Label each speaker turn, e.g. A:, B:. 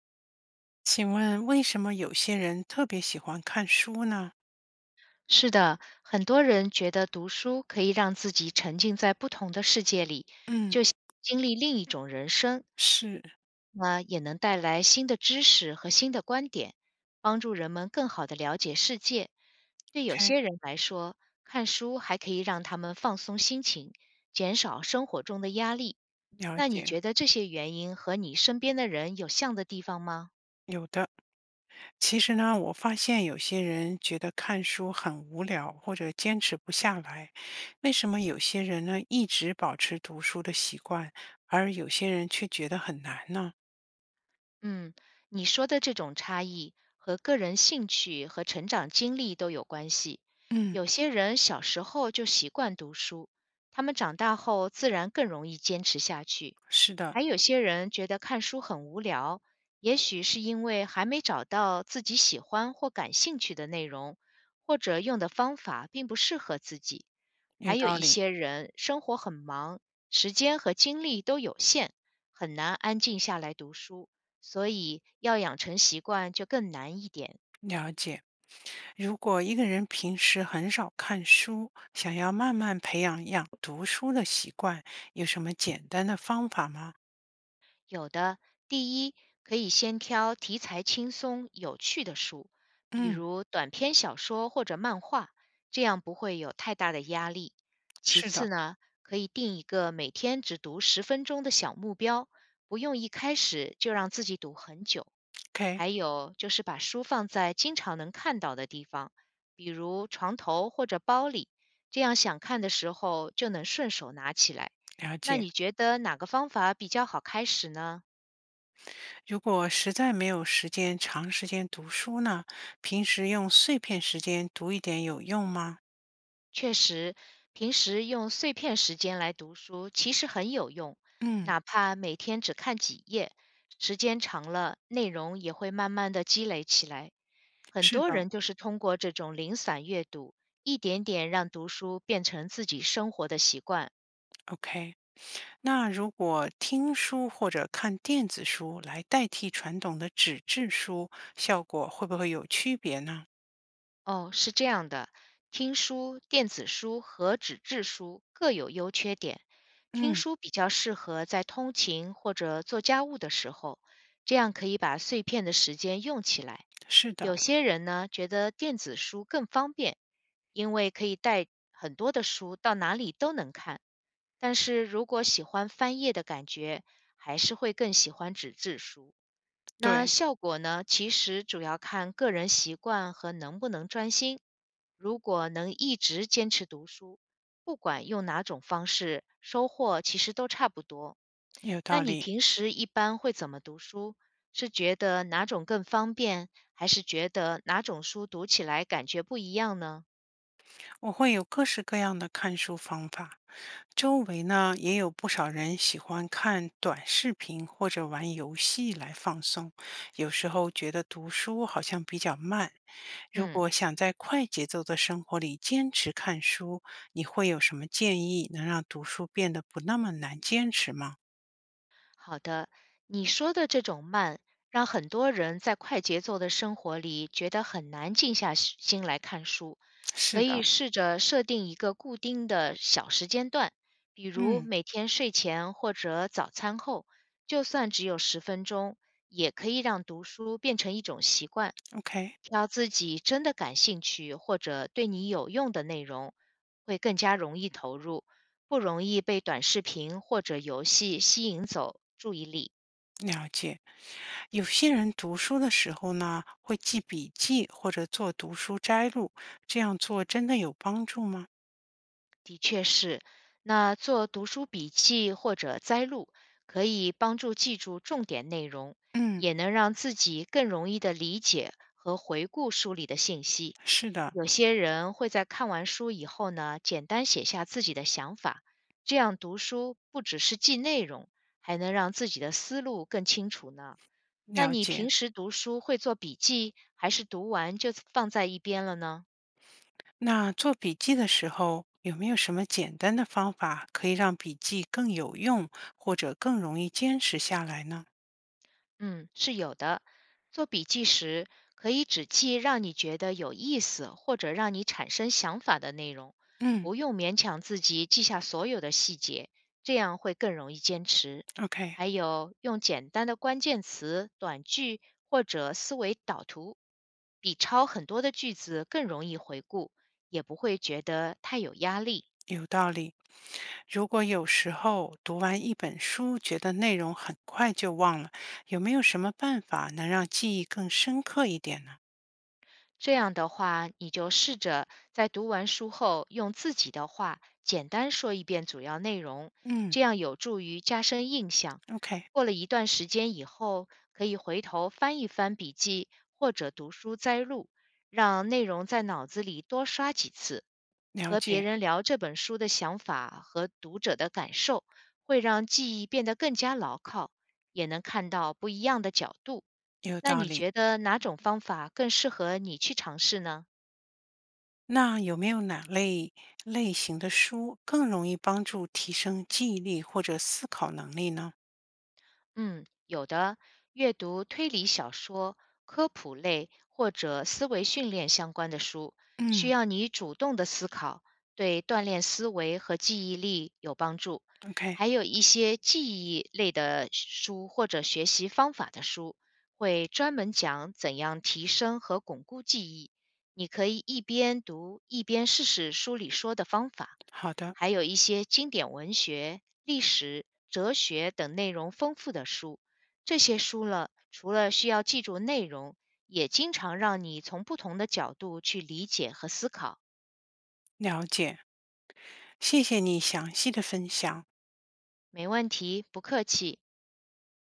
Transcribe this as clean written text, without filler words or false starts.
A: 请问为什么有些人特别喜欢看书呢？
B: 是的，很多人觉得读书可以让自己沉浸在不同的世界里，
A: 嗯，
B: 就像经历另一种人生，
A: 是
B: 那也能带来新的知识和新的观点，帮助人们更好的了解世界。对有
A: ，OK，
B: 些人来说，看书还可以让他们放松心情，减少生活中的压力。
A: 了
B: 那你
A: 解，
B: 觉得这些原因和你身边的人有像的地方吗？
A: 有的。其实呢，我发现有些人觉得看书很无聊，或者坚持不下来。为什么有些人呢一直保持读书的习惯，而有些人却觉得很难呢？
B: 嗯，你说的这种差异和个人兴趣和成长经历都有关系。
A: 嗯，
B: 有些人小时候就习惯读书，他们长大后自然更容易坚持下去。
A: 是的，
B: 还有些人觉得看书很无聊，也许是因为还没找到自己喜欢或感兴趣的内容，或者用的方法并不适合自己。
A: 有
B: 还有
A: 道
B: 一
A: 理。
B: 些人生活很忙，时间和精力都有限，很难安静下来读书，所以要养成习惯就更难一点。
A: 了解，如果一个人平时很少看书，想要慢慢培养读书的习惯，有什么简单的方法吗？
B: 有的，第一，可以先挑题材轻松、有趣的书，比
A: 嗯，
B: 如短篇小说或者漫画，这样不会有太大的压力。其
A: 是的
B: 次呢，可以定一个每天只读十分钟的小目标，不用一开始就让自己读很久。
A: ，OK，
B: 还有就是把书放在经常能看到的地方，比如床头或者包里，这样想看的时候就能顺手拿起来。
A: 了
B: 那
A: 解。
B: 你觉得哪个方法比较好开始呢？
A: 如果实在没有时间长时间读书呢，平时用碎片时间读一点有用吗？
B: 确实，平时用碎片时间来读书其实很有用，
A: 嗯，
B: 哪怕每天只看几页，时间长了，内容也会慢慢的积累起来。很
A: 是
B: 多
A: 的
B: 人就是通过这种零散阅读，一点点让读书变成自己生活的习惯。
A: ，OK。那如果听书或者看电子书来代替传统的纸质书，效果会不会有区别呢？
B: 哦，是这样的，听书、电子书和纸质书各有优缺点。听
A: 嗯，
B: 书比较适合在通勤或者做家务的时候，这样可以把碎片的时间用起来。
A: 是的，
B: 有些人呢，觉得电子书更方便，因为可以带很多的书到哪里都能看。但是如果喜欢翻页的感觉，还是会更喜欢纸质书。那
A: 对，
B: 效果呢，其实主要看个人习惯和能不能专心。如果能一直坚持读书，不管用哪种方式，收获其实都差不多。
A: 有
B: 那
A: 道
B: 你
A: 理。
B: 平时一般会怎么读书？是觉得哪种更方便，还是觉得哪种书读起来感觉不一样呢？
A: 我会有各式各样的看书方法，周围呢也有不少人喜欢看短视频或者玩游戏来放松，有时候觉得读书好像比较慢。如
B: 嗯。
A: 果想在快节奏的生活里坚持看书，你会有什么建议能让读书变得不那么难坚持吗？
B: 好的，你说的这种慢，让很多人在快节奏的生活里觉得很难静下心来看书。
A: 是
B: 可以
A: 的，
B: 试着设定一个固定的小时间段，比如
A: 嗯
B: 每天睡前或者早餐后，就算只有十分钟，也可以让读书变成一种习惯。
A: ，OK，
B: 挑自己真的感兴趣或者对你有用的内容，会更加容易投入，不容易被短视频或者游戏吸引走注意力。
A: 了解。有些人读书的时候呢，会记笔记或者做读书摘录，这样做真的有帮助吗？
B: 的确是，那做读书笔记或者摘录，可以帮助记住重点内容，
A: 嗯，
B: 也能让自己更容易的理解和回顾书里的信息。
A: 是的。
B: 有些人会在看完书以后呢，简单写下自己的想法，这样读书不只是记内容，还能让自己的思路更清楚呢。那
A: 了
B: 你
A: 解。
B: 平时读书会做笔记，还是读完就放在一边了呢？
A: 那做笔记的时候，有没有什么简单的方法可以让笔记更有用，或者更容易坚持下来呢？
B: 嗯，是有的。做笔记时，可以只记让你觉得有意思或者让你产生想法的内容，
A: 嗯
B: 不用勉强自己记下所有的细节，这样会更容易坚持。
A: ，OK，
B: 还有，用简单的关键词、短句或者思维导图，比抄很多的句子更容易回顾，也不会觉得太有压力。
A: 有道理。如果有时候读完一本书，觉得内容很快就忘了，有没有什么办法能让记忆更深刻一点呢？
B: 这样的话，你就试着在读完书后，用自己的话简单说一遍主要内容，
A: 嗯
B: 这样有助于加深印象。
A: ，OK，
B: 过了一段时间以后，可以回头翻一翻笔记或者读书摘录，让内容在脑子里多刷几次。
A: 了
B: 和别
A: 解，
B: 人聊这本书的想法和读者的感受，会让记忆变得更加牢靠，也能看到不一样的角度。
A: 有
B: 那
A: 道
B: 你
A: 理。
B: 觉得哪种方法更适合你去尝试呢？
A: 那有没有哪类型的书更容易帮助提升记忆力或者思考能力呢？
B: 嗯，有的，阅读推理小说、科普类或者思维训练相关的书，需
A: 嗯
B: 要你主动的思考，对锻炼思维和记忆力有帮助。
A: ，OK，
B: 还有一些记忆类的书或者学习方法的书，会专门讲怎样提升和巩固记忆。你可以一边读一边试试书里说的方法。
A: 好的，
B: 还有一些经典文学、历史、哲学等内容丰富的书。这些书了，除了需要记住内容，也经常让你从不同的角度去理解和思考。
A: 了解，谢谢你详细的分享。
B: 没问题，不客气。